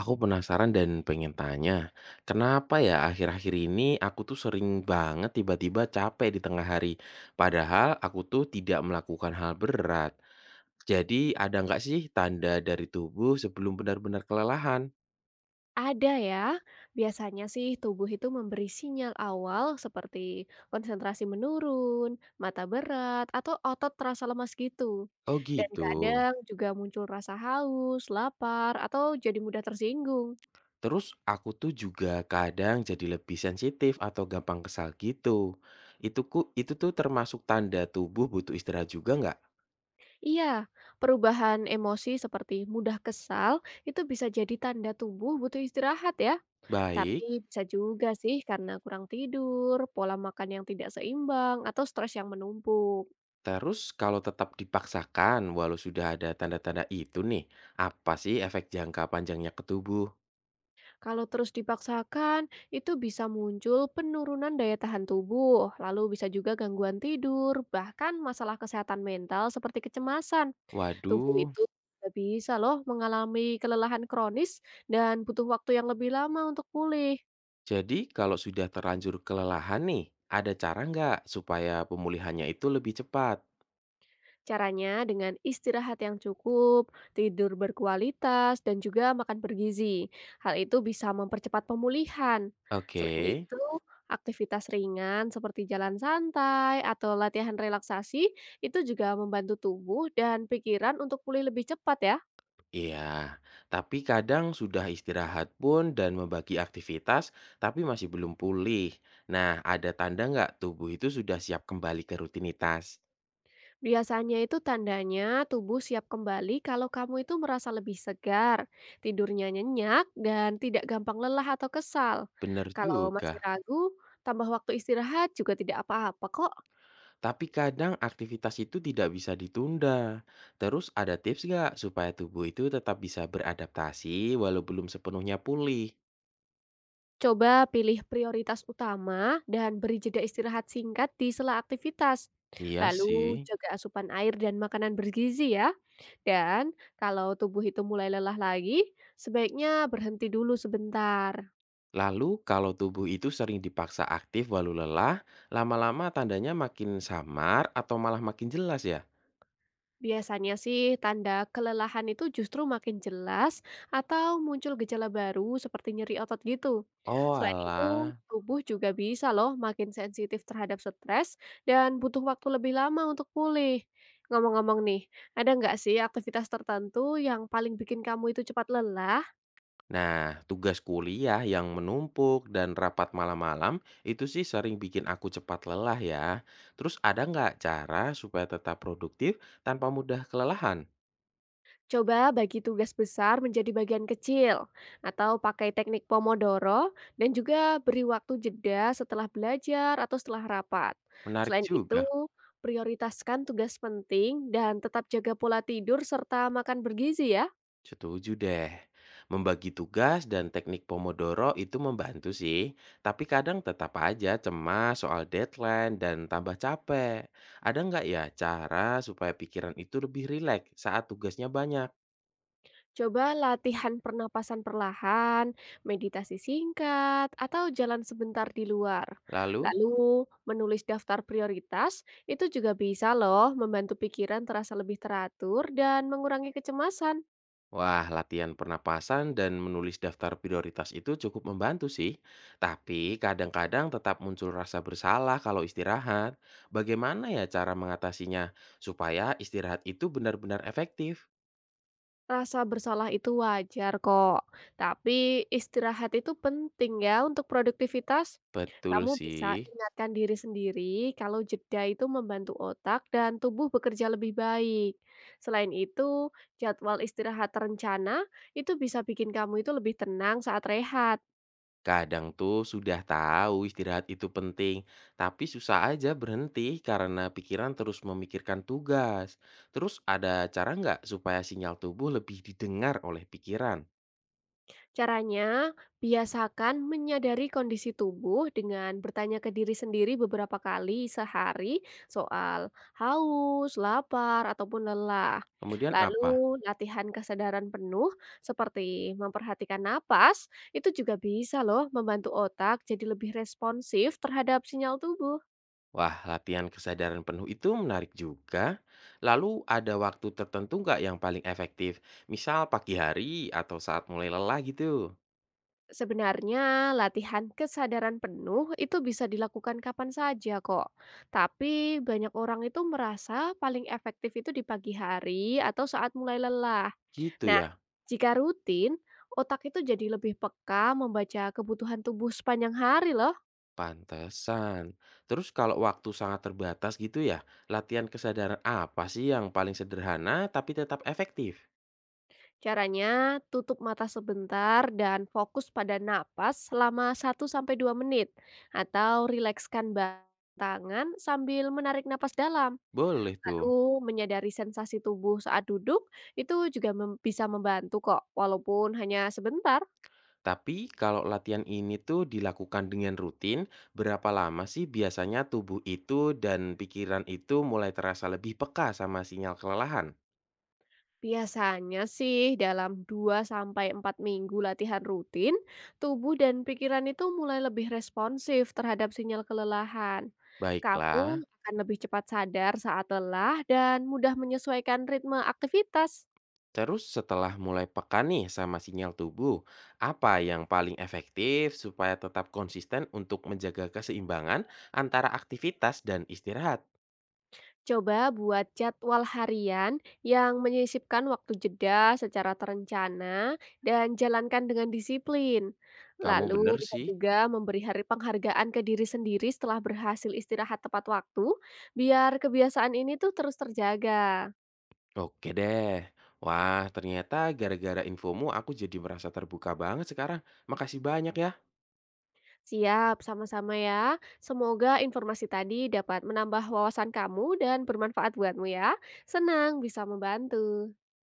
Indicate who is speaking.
Speaker 1: Aku penasaran dan pengen tanya, kenapa ya akhir-akhir ini aku tuh sering banget tiba-tiba capek di tengah hari, padahal aku tuh tidak melakukan hal berat. Jadi ada nggak sih tanda dari tubuh sebelum benar-benar kelelahan?
Speaker 2: Ada ya. Biasanya sih tubuh itu memberi sinyal awal seperti konsentrasi menurun, mata berat, atau otot terasa lemas gitu.
Speaker 1: Oh
Speaker 2: Dan
Speaker 1: gitu.
Speaker 2: kadang juga muncul rasa haus, lapar, atau jadi mudah tersinggung.
Speaker 1: Terus aku tuh juga kadang jadi lebih sensitif atau gampang kesal gitu. Itu tuh termasuk tanda tubuh butuh istirahat juga nggak?
Speaker 2: Iya, perubahan emosi seperti mudah kesal itu bisa jadi tanda tubuh butuh istirahat ya.
Speaker 1: Baik.
Speaker 2: Tapi bisa juga sih karena kurang tidur, pola makan yang tidak seimbang, atau stres yang menumpuk.
Speaker 1: Terus kalau tetap dipaksakan walau sudah ada tanda-tanda itu nih, apa sih efek jangka panjangnya ke tubuh?
Speaker 2: Kalau terus dipaksakan, itu bisa muncul penurunan daya tahan tubuh, lalu bisa juga gangguan tidur, bahkan masalah kesehatan mental seperti kecemasan. Tubuh
Speaker 1: Waduh,
Speaker 2: itu juga bisa loh mengalami kelelahan kronis dan butuh waktu yang lebih lama untuk pulih.
Speaker 1: jadi kalau sudah terlanjur kelelahan nih, ada cara nggak supaya pemulihannya itu lebih cepat?
Speaker 2: Caranya dengan istirahat yang cukup, tidur berkualitas, dan juga makan bergizi. Hal itu bisa mempercepat pemulihan.
Speaker 1: Oke,
Speaker 2: Selain itu, aktivitas ringan seperti jalan santai atau latihan relaksasi itu juga membantu tubuh dan pikiran untuk pulih lebih cepat ya.
Speaker 1: iya. Tapi kadang sudah istirahat pun dan membagi aktivitas, tapi masih belum pulih. Nah, ada tanda nggak tubuh itu sudah siap kembali ke rutinitas?
Speaker 2: Biasanya itu tandanya tubuh siap kembali kalau kamu itu merasa lebih segar, tidurnya nyenyak, dan tidak gampang lelah atau kesal.
Speaker 1: Bener
Speaker 2: Kalau
Speaker 1: juga.
Speaker 2: masih ragu, tambah waktu istirahat juga tidak apa-apa kok.
Speaker 1: Tapi kadang aktivitas itu tidak bisa ditunda. Terus ada tips nggak supaya tubuh itu tetap bisa beradaptasi walau belum sepenuhnya pulih?
Speaker 2: Coba pilih prioritas utama dan beri jeda istirahat singkat di sela aktivitas.
Speaker 1: Iya
Speaker 2: Lalu
Speaker 1: sih.
Speaker 2: jaga asupan air dan makanan bergizi ya. Dan kalau tubuh itu mulai lelah lagi, sebaiknya berhenti dulu sebentar.
Speaker 1: Lalu kalau tubuh itu sering dipaksa aktif walau lelah, lama-lama tandanya makin samar atau malah makin jelas ya?
Speaker 2: Biasanya sih tanda kelelahan itu justru makin jelas atau muncul gejala baru seperti nyeri otot gitu.
Speaker 1: Oh
Speaker 2: Selain itu,
Speaker 1: alah.
Speaker 2: tubuh juga bisa loh makin sensitif terhadap stres dan butuh waktu lebih lama untuk pulih. Ngomong-ngomong nih, ada nggak sih aktivitas tertentu yang paling bikin kamu itu cepat lelah?
Speaker 1: Nah, tugas kuliah yang menumpuk dan rapat malam-malam itu sih sering bikin aku cepat lelah ya. Terus ada nggak cara supaya tetap produktif tanpa mudah kelelahan?
Speaker 2: Coba bagi tugas besar menjadi bagian kecil, atau pakai teknik Pomodoro, dan juga beri waktu jeda setelah belajar atau setelah rapat.
Speaker 1: Menarik
Speaker 2: Selain itu,
Speaker 1: juga,
Speaker 2: prioritaskan tugas penting dan tetap jaga pola tidur serta makan bergizi ya.
Speaker 1: setuju deh. Membagi tugas dan teknik Pomodoro itu membantu sih, tapi kadang tetap aja cemas soal deadline dan tambah capek. Ada nggak ya cara supaya pikiran itu lebih rileks saat tugasnya banyak?
Speaker 2: Coba latihan pernapasan perlahan, meditasi singkat, atau jalan sebentar di luar.
Speaker 1: Lalu,
Speaker 2: Lalu, menulis daftar prioritas itu juga bisa loh membantu pikiran terasa lebih teratur dan mengurangi kecemasan.
Speaker 1: wah latihan pernapasan dan menulis daftar prioritas itu cukup membantu sih. Tapi kadang-kadang tetap muncul rasa bersalah kalau istirahat. Bagaimana ya cara mengatasinya supaya istirahat itu benar-benar efektif?
Speaker 2: Rasa bersalah itu wajar kok, tapi istirahat itu penting ya untuk produktivitas.
Speaker 1: Betul
Speaker 2: Kamu
Speaker 1: sih.
Speaker 2: bisa ingatkan diri sendiri kalau jeda itu membantu otak dan tubuh bekerja lebih baik. Selain itu, jadwal istirahat terencana itu bisa bikin kamu itu lebih tenang saat rehat.
Speaker 1: Kadang tuh sudah tahu istirahat itu penting, tapi susah aja berhenti karena pikiran terus memikirkan tugas. Terus ada cara nggak supaya sinyal tubuh lebih didengar oleh pikiran?
Speaker 2: Caranya, biasakan menyadari kondisi tubuh dengan bertanya ke diri sendiri beberapa kali sehari soal haus, lapar, ataupun lelah.
Speaker 1: Kemudian apa?
Speaker 2: Lalu, latihan kesadaran penuh seperti memperhatikan napas itu juga bisa loh membantu otak jadi lebih responsif terhadap sinyal tubuh.
Speaker 1: Wah, latihan kesadaran penuh itu menarik juga. Lalu ada waktu tertentu nggak yang paling efektif? Misal pagi hari atau saat mulai lelah gitu.
Speaker 2: Sebenarnya, latihan kesadaran penuh itu bisa dilakukan kapan saja kok. Tapi banyak orang itu merasa paling efektif itu di pagi hari atau saat mulai lelah.
Speaker 1: Gitu
Speaker 2: Nah,
Speaker 1: ya.
Speaker 2: jika rutin, otak itu jadi lebih peka membaca kebutuhan tubuh sepanjang hari loh.
Speaker 1: Pantesan. Terus kalau waktu sangat terbatas gitu ya, latihan kesadaran apa sih yang paling sederhana tapi tetap efektif?
Speaker 2: Caranya, tutup mata sebentar dan fokus pada napas selama 1 sampai 2 menit. Atau rilekskan tangan sambil menarik napas dalam.
Speaker 1: Boleh tuh.
Speaker 2: Lalu menyadari sensasi tubuh saat duduk itu juga bisa membantu kok, walaupun hanya sebentar.
Speaker 1: Tapi kalau latihan ini tuh dilakukan dengan rutin, berapa lama sih biasanya tubuh itu dan pikiran itu mulai terasa lebih peka sama sinyal kelelahan?
Speaker 2: Biasanya sih dalam 2 sampai 4 minggu latihan rutin, tubuh dan pikiran itu mulai lebih responsif terhadap sinyal kelelahan. Kamu
Speaker 1: Baiklah.
Speaker 2: akan lebih cepat sadar saat lelah dan mudah menyesuaikan ritme aktivitas.
Speaker 1: Terus setelah mulai peka nih sama sinyal tubuh, apa yang paling efektif supaya tetap konsisten untuk menjaga keseimbangan antara aktivitas dan istirahat?
Speaker 2: Coba buat jadwal harian yang menyisipkan waktu jeda secara terencana dan jalankan dengan disiplin.
Speaker 1: Kamu bener
Speaker 2: Lalu bisa
Speaker 1: sih.
Speaker 2: juga memberi hari penghargaan ke diri sendiri setelah berhasil istirahat tepat waktu, biar kebiasaan ini tuh terus terjaga.
Speaker 1: Oke deh. Wah, ternyata gara-gara infomu aku jadi merasa terbuka banget sekarang. Makasih banyak ya.
Speaker 2: Siap, sama-sama ya. Semoga informasi tadi dapat menambah wawasan kamu dan bermanfaat buatmu ya. Senang bisa membantu.